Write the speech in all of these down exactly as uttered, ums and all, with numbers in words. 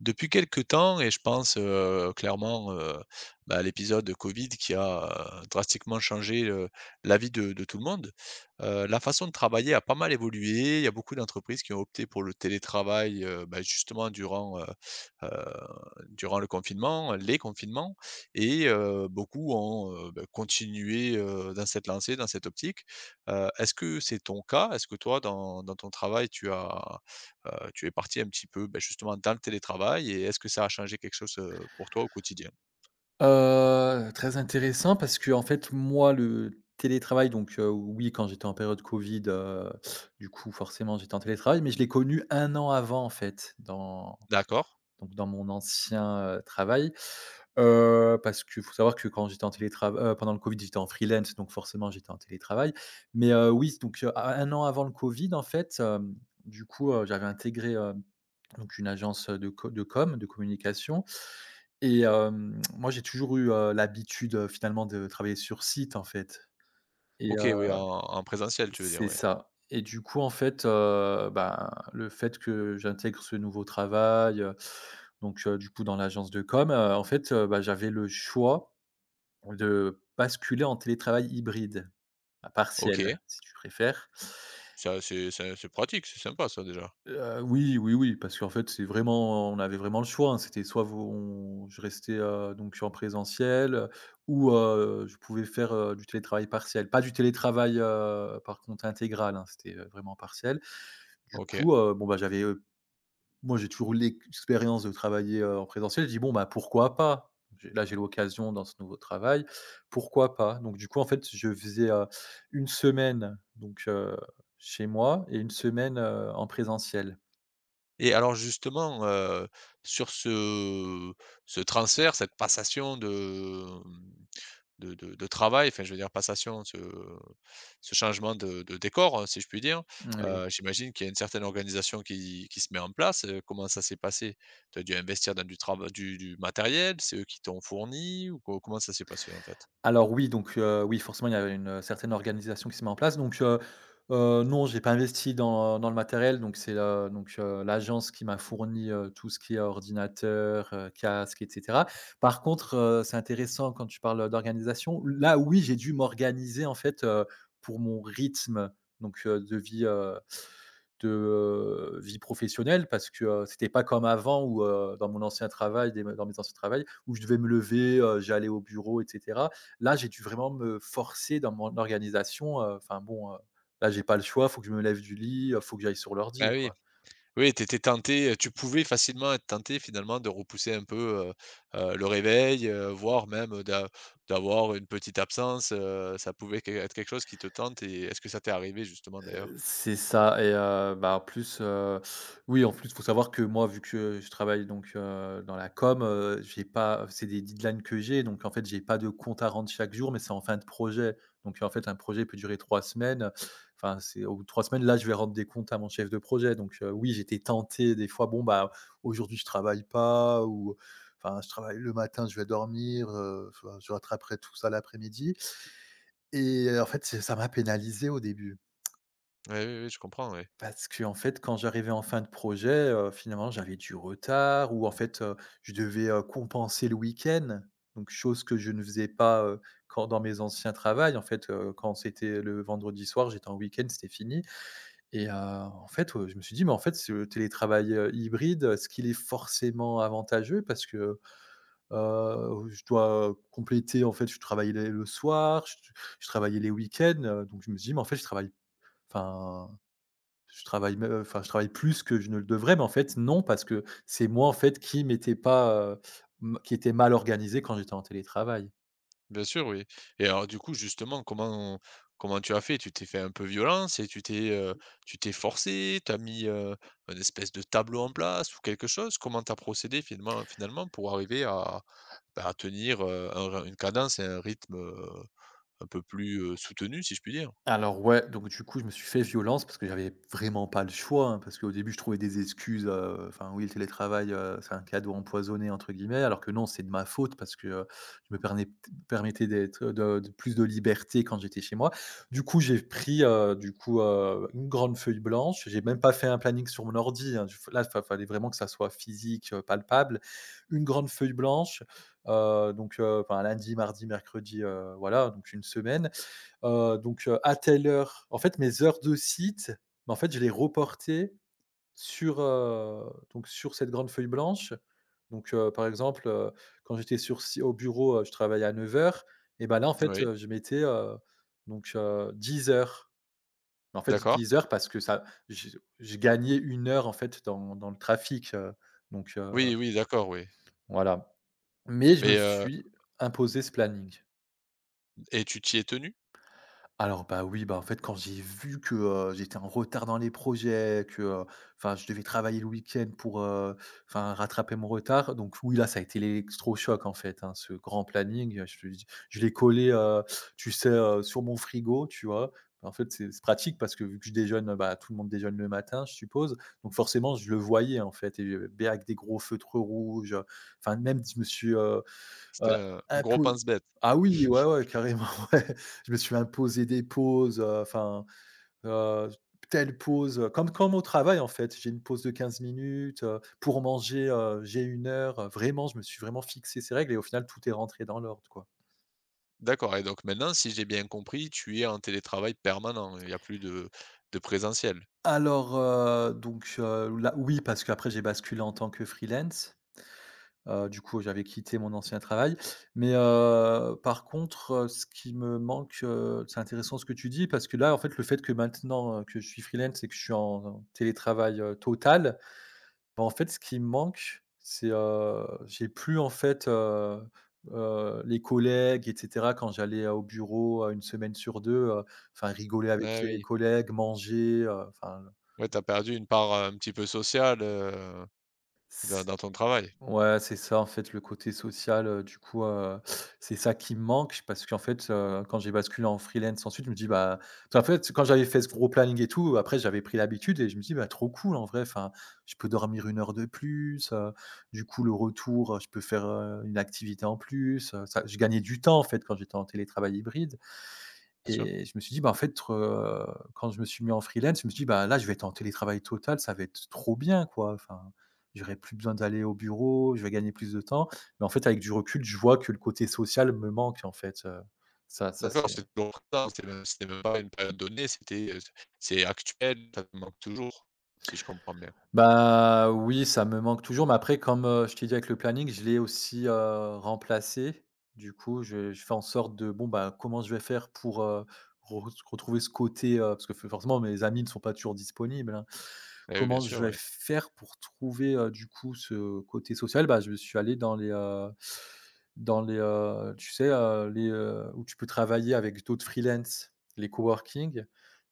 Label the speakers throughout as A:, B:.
A: Depuis quelque temps et je pense, heu, clairement, heu, bah, à l'épisode de Covid qui a, heu, drastiquement changé, heu, la vie de de tout le monde. Heu, la façon de travailler a pas mal évolué. Il y a beaucoup d'entreprises qui ont opté pour le télétravail, heu, bah, justement durant, heu heu, durant le confinement, les confinements et heu, beaucoup ont, heu, bah, continué, heu, dans cette lancée, dans cette optique. Heu, est-ce que c'est ton cas? Est-ce que toi dans dans ton travail tu as Heu, tu es parti un petit peu, beh, justement dans le télétravail et est-ce que ça a changé quelque chose, heu, pour toi au quotidien?
B: Heu, très intéressant parce que en fait, moi, le télétravail donc heu, oui, quand j'étais en période Covid, heu, du coup, forcément, j'étais en télétravail, mais je l'ai connu un an avant, en fait, dans
A: D'accord.
B: donc dans mon ancien, heu, travail. Heu, parce qu'il faut savoir que quand j'étais en télétrava heu, pendant le Covid, j'étais en freelance, donc forcément, j'étais en télétravail. Mais heu, oui, donc heu, à an avant le Covid, en fait, hem, du coup, heu, j'avais intégré, hem, donc une agence, de co de com, de communication. Et hem, moi j'ai toujours eu, heu, l'habitude, heu, finalement de travailler sur site, en fait. et
A: OK, oui,
B: heu
A: en en présentiel, tu veux dire,
B: c'est
A: ouais.
B: ça, et du coup, en fait, heu, ben, le fait que j'intègre ce nouveau travail, heu, donc heu, du coup dans l'agence de com, heu, en fait, heu, bah, j'avais le choix de basculer en télétravail hybride, à partiel,
A: OK,
B: si tu préfères.
A: ça c'est c'est c'est pratique, c'est sympa ça déjà.
B: Heu, oui, oui, oui, parce qu'en fait, c'est vraiment on avait vraiment le choix, hein. C'était soit vous on je restais, heu, donc en présentiel, heu, ou, heu, je pouvais faire, heu, du télétravail partiel. Pas du télétravail, heu, par contre intégral, hein, c'était, heu, vraiment partiel. Du
A: OK.
B: coup, heu, bon, bah, j'avais, heu, moi, j'ai toujours eu l'expérience de travailler, heu, en présentiel. Je dis: «Bon, bah, pourquoi pas?» j'ai Là, j'ai l'occasion dans ce nouveau travail, pourquoi pas? Donc du coup, en fait, je faisais, heu, une semaine donc, heu, chez moi et une semaine, heu, en présentiel.
A: Et alors justement, heu, sur ce ce transfert, cette passation de, mmh, De de de travail, enfin je veux dire passation, ce ce changement de de décor, hein, si je puis dire.
B: Mmh, oui.
A: Heu, j'imagine qu'il y a une certaine organisation qui qui se met en place, heu, comment ça s'est passé? Tu as dû investir dans du trava du du matériel, c'est eux qui t'ont fourni ou co comment ça s'est passé en fait?
B: Alors oui, donc heu, oui, forcément, il y avait une, heu, certaine organisation qui s'est mise en place. Donc heu, heu, non, j'ai pas investi dans dans le matériel. Donc c'est, heu, donc heu, L'agence qui m'a fourni, heu, tout ce qui est ordinateur, heu, casque, et cetera. Par contre, heu, c'est intéressant quand tu parles d'organisation. Là, oui, j'ai dû m'organiser, en fait, heu, pour mon rythme, donc heu, de vie, heu, de, heu, vie professionnelle parce que, heu, c'était pas comme avant où, heu, dans mon ancien travail, des dans mes anciens travails où je devais me lever, heu, j'allais au bureau, et cetera. Là, j'ai dû vraiment me forcer dans mon organisation, heu, enfin bon, heu, là, j'ai pas le choix, faut que je me lève du lit, heu, faut que j'aille sur
A: Ah
B: l'ordi,
A: oui,
B: quoi.
A: oui, tu étais tenté, tu pouvais facilement être tenté finalement de repousser un peu, heu heu, le réveil, heu, voire même, d'a d'avoir une petite absence, heu, ça pouvait que être quelque chose qui te tente et est-ce que ça t'est arrivé justement
B: Heu,
A: d'ailleurs?
B: c'est ça. Et heu, bah, en plus, heu, oui, en plus, il faut savoir que moi, vu que je travaille donc, heu, dans la com, heu, j'ai pas c'est des deadlines que j'ai, donc en fait, j'ai pas de compte à rendre chaque jour, mais c'est en fin de projet. Donc en fait, un projet peut durer trois semaines. Enfin, c'est au bout de trois semaines, là, je vais rendre des comptes à mon chef de projet. Donc heu, oui, j'étais tenté des fois, bon, bah, aujourd'hui, je travaille pas. Ou enfin, je travaille le matin, je vais dormir, heu, enfin, je rattraperai tout ça l'après-midi. Et heu, en fait, c'est ça m'a pénalisé au début.
A: Ouais, oui, oui, je comprends, ouais.
B: Parce que en fait, quand j'arrivais en fin de projet, heu, finalement, j'avais du retard. Ou en fait, heu, je devais, heu, compenser le week-end, donc chose que je ne faisais pas, heu, quand dans mes anciens travails. En fait, heu, quand c'était le vendredi soir, j'étais en week-end, c'était fini. Et heu, en fait, heu, je me suis dit: «Mais en fait, ce télétravail, heu, hybride, est-ce qu'il est forcément avantageux?» Parce que, heu, je dois, heu, compléter en fait, je travaillais le soir, je je travaillais les week-ends, heu, donc je me suis dit: «Mais en fait, je travaille enfin, je travaille me enfin, je travaille plus que je ne le devrais, mais en fait, non, parce que c'est moi, en fait, qui m'étais pas, heu, m qui était mal organisé quand j'étais en télétravail.»
A: Bien sûr, oui. Et alors du coup, justement, comment comment tu as fait? Tu t'es fait un peu violence et tu t'es, heu, tu t'es forcé? Tu as mis, heu, un espèce de tableau en place ou quelque chose? Comment tu as procédé finalement finalement pour arriver à, bah, à tenir, heu, un ry une cadence et un rythme, heu, un peu plus, heu, soutenu, si je puis dire?
B: Alors ouais, donc du coup, je me suis fait violence parce que j'avais vraiment pas le choix, hein. Parce qu'au début, je trouvais des excuses, heu, enfin oui, le télétravail, heu, c'est un cadeau «empoisonné» entre guillemets, alors que non, c'est de ma faute parce que, heu, je me pernet permettais d'être, de de plus de liberté quand j'étais chez moi. Du coup, j'ai pris, heu, du coup, heu, une grande feuille blanche, j'ai même pas fait un planning sur mon ordi, hein, du là, fa fallait vraiment que ça soit physique, heu, palpable. Une grande feuille blanche, heu, donc, heu, enfin lundi, mardi, mercredi, heu, voilà, donc une semaine. Heu, donc, heu, à telle heure en fait, mes heures de site, bah, en fait, je les reportais sur, heu, donc sur cette grande feuille blanche. Donc, heu, par exemple, heu, quand j'étais sur si au bureau, heu, je travaillais à neuf heures. Et ben là, en fait,
A: Oui,
B: heu, je mettais, heu, donc, euh, dix heures. Mais en fait,
A: d'accord.
B: dix heures parce que ça j'ai je gagnais une heure, en fait, dans dans le trafic, heu, donc, heu,
A: Oui, oui, d'accord, oui.
B: voilà. Mais je me
A: Mais, heu
B: suis imposé ce planning.
A: et tu t'y es tenu?
B: Alors bah, oui, bah, en fait, quand j'ai vu que, heu, j'étais en retard dans les projets, que, heu, enfin, je devais travailler le week-end pour, heu, enfin, rattraper mon retard, donc oui, là, ça a été l'électrochoc, en fait, hein. Ce grand planning, heu, je je l'ai collé, heu, tu sais, heu, sur mon frigo, tu vois? Bah, en fait, c'est c'est pratique parce que vu que je déjeune, bah, tout le monde déjeune le matin, je suppose, donc forcément, je le voyais, en fait. Et heu, bé avec des gros feutres rouges, enfin, même, je me suis... Heu,
A: C'était un un gros
B: impo
A: pense-bête.
B: Ah oui, ouais, ouais, carrément, ouais. Je me suis imposé des pauses, heu, enfin, heu, telle pause, heu, comme comme au travail, en fait. J'ai une pause de quinze minutes, heu, pour manger, heu, j'ai une heure, heu, vraiment, je me suis vraiment fixé ces règles et au final, tout est rentré dans l'ordre, quoi.
A: D'accord, et donc maintenant, si j'ai bien compris, tu es en télétravail permanent, il n'y a plus de de présentiel?
B: Alors, heu, donc, heu, là oui, parce qu'après j'ai basculé en tant que freelance. Heu, du coup, j'avais quitté mon ancien travail. Mais, heu, par contre, heu, ce qui me manque, heu, c'est intéressant ce que tu dis parce que là, en fait, le fait que maintenant, heu, que je suis freelance et que je suis en en télétravail, heu, total, bah, en fait, ce qui me manque, c'est, heu, j'ai plus, en fait, heu heu, les collègues, et cetera. Quand j'allais, heu, au bureau, heu, une semaine sur deux, heu, enfin rigoler avec
A: Ah
B: les
A: oui.
B: collègues, manger, heu, enfin...
A: Ouais, t'as perdu une part, heu, un petit peu sociale, heu, dans dans ton travail,
B: Ouais, c'est ça en fait le côté social, heu, du coup, heu, c'est ça qui me manque parce qu'en fait, heu, quand j'ai basculé en freelance ensuite, je me dis: «Bah», en fait, quand j'avais fait ce gros planning et tout, après j'avais pris l'habitude et je me dis: «Bah, trop cool en vrai, enfin, je peux dormir une heure de plus, heu, du coup le retour, heu, je peux faire, heu, une activité en plus», heu, ça je gagnais du temps en fait quand j'étais en télétravail hybride.
A: bien sûr.
B: Et je me suis dit: «Bah, en fait, heu», quand je me suis mis en freelance, je me suis dit: «Bah, là, je vais être en télétravail total, ça va être trop bien, quoi. Enfin, j'aurais plus besoin d'aller au bureau, je vais gagner plus de temps». Mais en fait, avec du recul, je vois que le côté social me manque, en fait, heu, ça ça
A: D'accord,
B: c'est...
A: c'est toujours présent, c'était même c'était même pas une période donnée, c'était, heu, c'est actuel, ça te manque toujours, si je comprends bien.
B: Bah, oui, ça me manque toujours, mais après comme, heu, je t'ai dit avec le planning, je l'ai aussi, heu, remplacé. Du coup, je je fais en sorte de bon, bah, comment je vais faire pour, heu, re retrouver ce côté, heu, parce que f forcément mes amis ne sont pas toujours disponibles, hein.
A: Ah oui, bien
B: Comment
A: sûr,
B: je vais
A: ouais.
B: faire pour trouver, heu, du coup ce côté social? Bah, je suis allé dans les, heu, dans les, heu, tu sais, heu, les, heu, où tu peux travailler avec d'autres freelance, les coworking.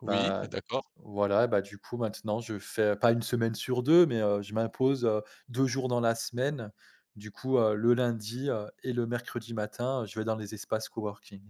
A: Oui,
B: Bah,
A: d'accord.
B: voilà, bah, du coup, maintenant, je fais pas une semaine sur deux mais heu, je m'impose, heu, deux jours dans la semaine. Du coup, heu, le lundi, heu, et le mercredi matin, euh, je vais dans les espaces coworking.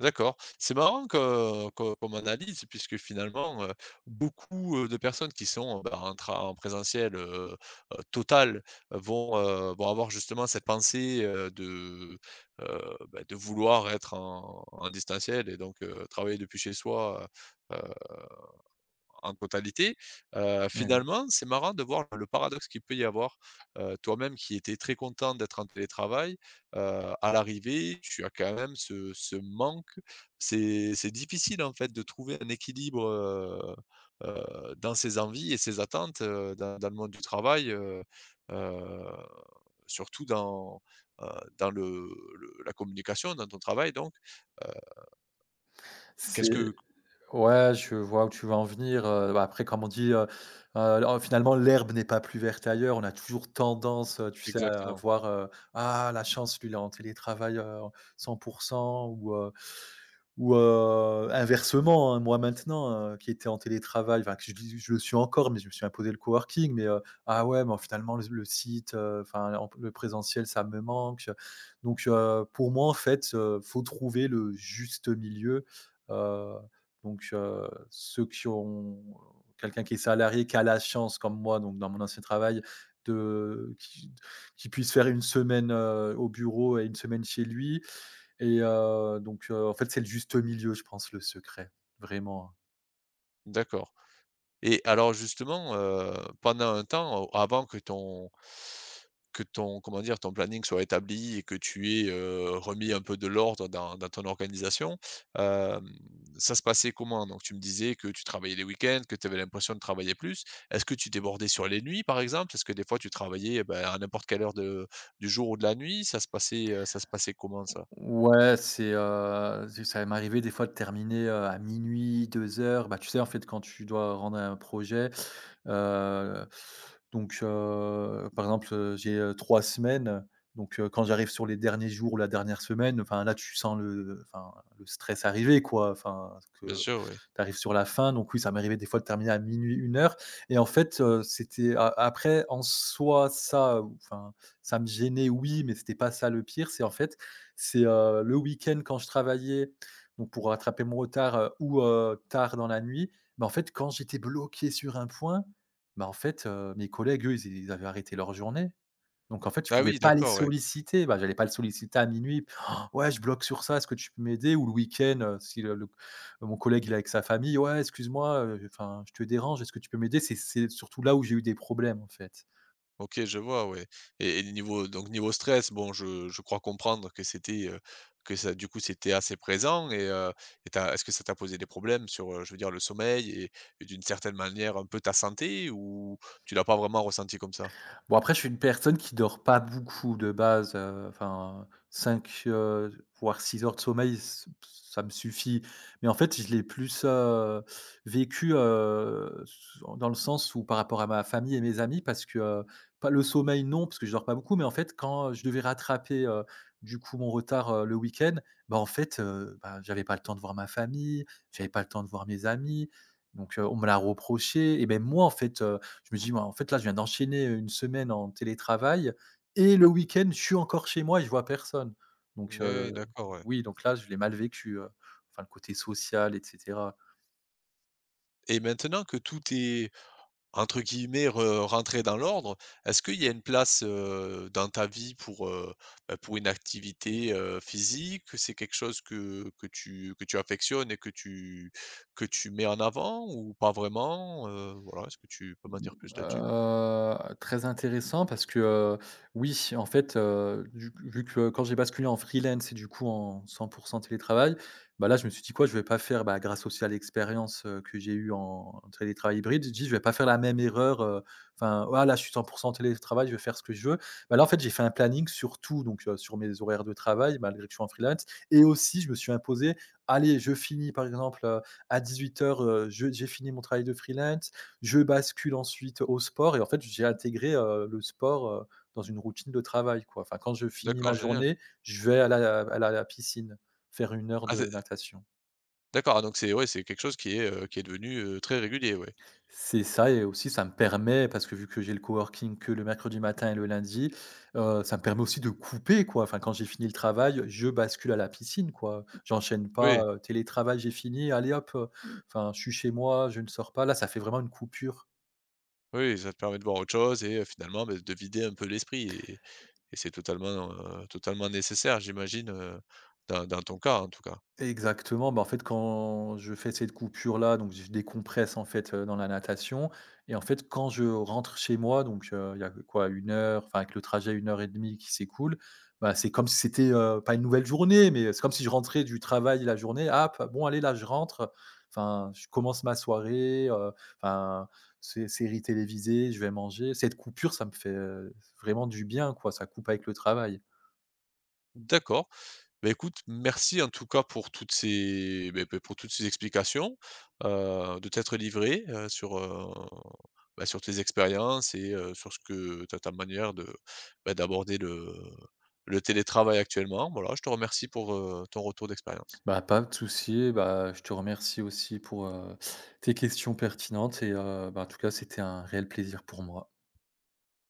A: D'accord. C'est marrant que que comme analyse puisque finalement, heu, beaucoup, heu, de personnes qui sont, heu, bah, en tra en présentiel, heu heu, total, euh, vont, heu, vont avoir justement cette pensée, heu, de, heu, bah, de vouloir être en en distanciel et donc heu, travailler depuis chez soi, heu en totalité, heu,
B: Ouais.
A: finalement, c'est marrant de voir le paradoxe qu'il peut y avoir. Heu, toi-même qui étais très content d'être en télétravail, heu, à l'arrivée, tu as quand même ce ce manque. C'est c'est difficile, en fait, de trouver un équilibre, heu heu, dans ses envies et ses attentes, heu, dans dans le monde du travail, heu heu, surtout dans, heu, dans le le la communication, dans ton travail donc, heu, qu'est-ce
B: C'est
A: que
B: Ouais, je vois où tu veux en venir, heu, bah, après comme on dit, heu heu, en finalement l'herbe n'est pas plus verte ailleurs. On a toujours tendance, heu, tu sais, à
A: exactement?
B: voir, heu: «Ah la chance, lui, il est en télétravail, heu, cent ou heu ou heu, inversement», hein. Moi maintenant, heu, qui était en télétravail, enfin que je dis je le suis encore, mais je me suis imposé le coworking, mais heu, ah ouais, mais finalement le le site, heu, enfin en le présentiel, ça me manque. Donc heu, pour moi en fait, heu, faut trouver le juste milieu. Heu, donc heu, ceux qui ont quelqu'un qui est salarié, qui a la chance comme moi, donc dans mon ancien travail, de qui qui puisse faire une semaine, heu, au bureau et une semaine chez lui, et heu, donc heu, en fait, c'est le juste milieu, je pense, le secret, vraiment.
A: D'accord. Et alors justement, heu, pendant un temps, heu, avant que ton que ton, comment dire, ton planning soit établi et que tu aies, heu, remis un peu de l'ordre dans dans ton organisation, hem, ça se passait comment? Donc tu me disais que tu travaillais les week-ends, que tu avais l'impression de travailler plus. Est-ce que tu débordais sur les nuits, par exemple? Est-ce que des fois tu travaillais, eh ben, à n'importe quelle heure de du jour ou de la nuit? Ça se passait, heu, ça se passait comment ça?
B: Ouais, c'est, heu, c'est ça va m'arriver des fois de terminer, heu, à minuit, deux heures. Bah, tu sais, en fait, quand tu dois rendre un projet, heu, donc heu, par exemple, heu, j'ai, heu, trois semaines, donc heu, quand j'arrive sur les derniers jours ou la dernière semaine, enfin, là, tu sens le enfin, le stress arriver, quoi. Enfin,
A: Bien
B: que
A: sûr, oui.
B: tu arrives sur la fin, donc oui, ça m'est arrivé des fois de terminer à minuit, une heure. Et en fait, heu, c'était a après en soi, ça, enfin, ça me gênait, oui, mais c'était pas ça le pire. C'est en fait, c'est, heu, le week-end quand je travaillais, donc pour rattraper mon retard, heu, ou, heu, tard dans la nuit. Mais en fait, quand j'étais bloqué sur un point, bah, en fait, heu, mes collègues, eux, ils ils avaient arrêté leur journée. Donc en fait, je
A: Ah
B: pouvais
A: oui,
B: pas les
A: d'accord, ouais.
B: solliciter. Bah, j'allais pas le solliciter à minuit: «Ouais, je bloque sur ça, est-ce que tu peux m'aider?» ou le week-end, heu, si le le mon collègue, il est avec sa famille: «Ouais, excuse-moi, heu, enfin, je te dérange, est-ce que tu peux m'aider?» C'est c'est surtout là où j'ai eu des problèmes, en fait.
A: OK, je vois, ouais, et et niveau donc niveau stress, bon, je je crois comprendre que c'était, heu, que ça du coup, c'était assez présent et heu et t'as, est-ce que ça t'a posé des problèmes sur, heu, je veux dire le sommeil et et d'une certaine manière un peu ta santé ou tu l'as pas vraiment ressenti comme ça?
B: Bon après je suis une personne qui dort pas beaucoup de base, heu, enfin cinq euh, voire six heures de sommeil, ç ça me suffit. Mais en fait, je l'ai plus, heu, vécu, heu, s dans le sens où par rapport à ma famille et mes amis parce que, heu, pas le sommeil non, parce que je dors pas beaucoup, mais en fait quand je devais rattraper, heu, du coup mon retard, heu, le week-end, bah, en fait, heu, bah, j'avais pas le temps de voir ma famille, j'avais pas le temps de voir mes amis, donc, heu, on me l'a reproché et même moi en fait, euh, je me dis, moi, en fait, là, je viens d'enchaîner une semaine en télétravail et le week-end, je suis encore chez moi et je vois personne. Donc,
A: Oui,
B: heu,
A: d'accord, ouais.
B: oui, donc là, je l'ai mal vécu, heu, enfin, le côté social et cetera.
A: Et maintenant que tout est, entre guillemets, re rentrer dans l'ordre, est-ce qu'il y a une place, heu, dans ta vie pour, heu, bah, pour une activité, heu, physique? C'est quelque chose que que tu que tu affectionnes et que tu que tu mets en avant ou pas vraiment? Heu, voilà, est-ce que tu peux m'en dire plus là-dessus?
B: Heu, très intéressant parce que, heu, oui, en fait, heu, du vu que euh, quand j'ai basculé en freelance et du coup en cent pour cent télétravail, bah, là, je me suis dit: «Quoi, je vais pas faire» bah, grâce aussi à l'expérience, heu, que j'ai eue en en télétravail hybride, j'ai dit: «Je vais pas faire la même erreur, heu, enfin, voilà là, je suis cent pour cent télétravail, je vais faire ce que je veux». Bah, là, en fait, j'ai fait un planning sur tout, donc heu, sur mes horaires de travail, malgré que je suis en freelance et aussi je me suis imposé: «Allez, je finis par exemple, heu, à dix-huit heures, heu, je j'ai fini mon travail de freelance, je bascule ensuite au sport et en fait, j'ai intégré, heu, le sport, heu, dans une routine de travail, quoi. Enfin, quand je finis
A: D'accord,
B: ma
A: génial.
B: journée, je vais à la à la à la piscine, faire une heure
A: Ah c'est,
B: de natation.
A: d'accord, ah donc c'est ouais, c'est quelque chose qui est, heu, qui est devenu, heu, très régulier, ouais.
B: C'est ça et aussi ça me permet, parce que vu que j'ai le coworking que le mercredi matin et le lundi, heu, ça me permet aussi de couper, quoi. Enfin, quand j'ai fini le travail, je bascule à la piscine, quoi. J'enchaîne pas,
A: Oui,
B: heu, télétravail, j'ai fini, allez hop, heu, enfin, je suis chez moi, je ne sors pas. Là, ça fait vraiment une coupure.
A: oui, ça te permet de voir autre chose et heu, finalement, beh, de vider un peu l'esprit. Et c'est totalement, heu, totalement nécessaire j'imagine, heu, dans dans ton cas en tout cas?
B: Exactement, bah, en fait, quand je fais cette coupure-là, donc je décompresse, en fait, heu, dans la natation et en fait, quand je rentre chez moi, donc heu, il y a quoi? Une heure, enfin, avec le trajet, une heure et demie qui s'écoule, bah, c'est comme si c'était, heu, pas une nouvelle journée, mais c'est comme si je rentrais du travail la journée. Hop, bon, allez, là, je rentre, enfin, je commence ma soirée, heu, enfin, sé série télévisée, je vais manger. Cette coupure, ça me fait, heu, vraiment du bien, quoi, ça coupe avec le travail.
A: D'accord. Bah, écoute, merci en tout cas pour toutes ces beh, beh, pour toutes ces explications, heu, de t'être livré, heu, sur, heu, bah, sur tes expériences et heu, sur ce que ta ta manière de, bah, d'aborder le le télétravail actuellement. Voilà, je te remercie pour, heu, ton retour d'expérience.
B: Bah, pas de souci, bah, je te remercie aussi pour, heu, tes questions pertinentes et heu, bah, en tout cas, c'était un réel plaisir pour moi.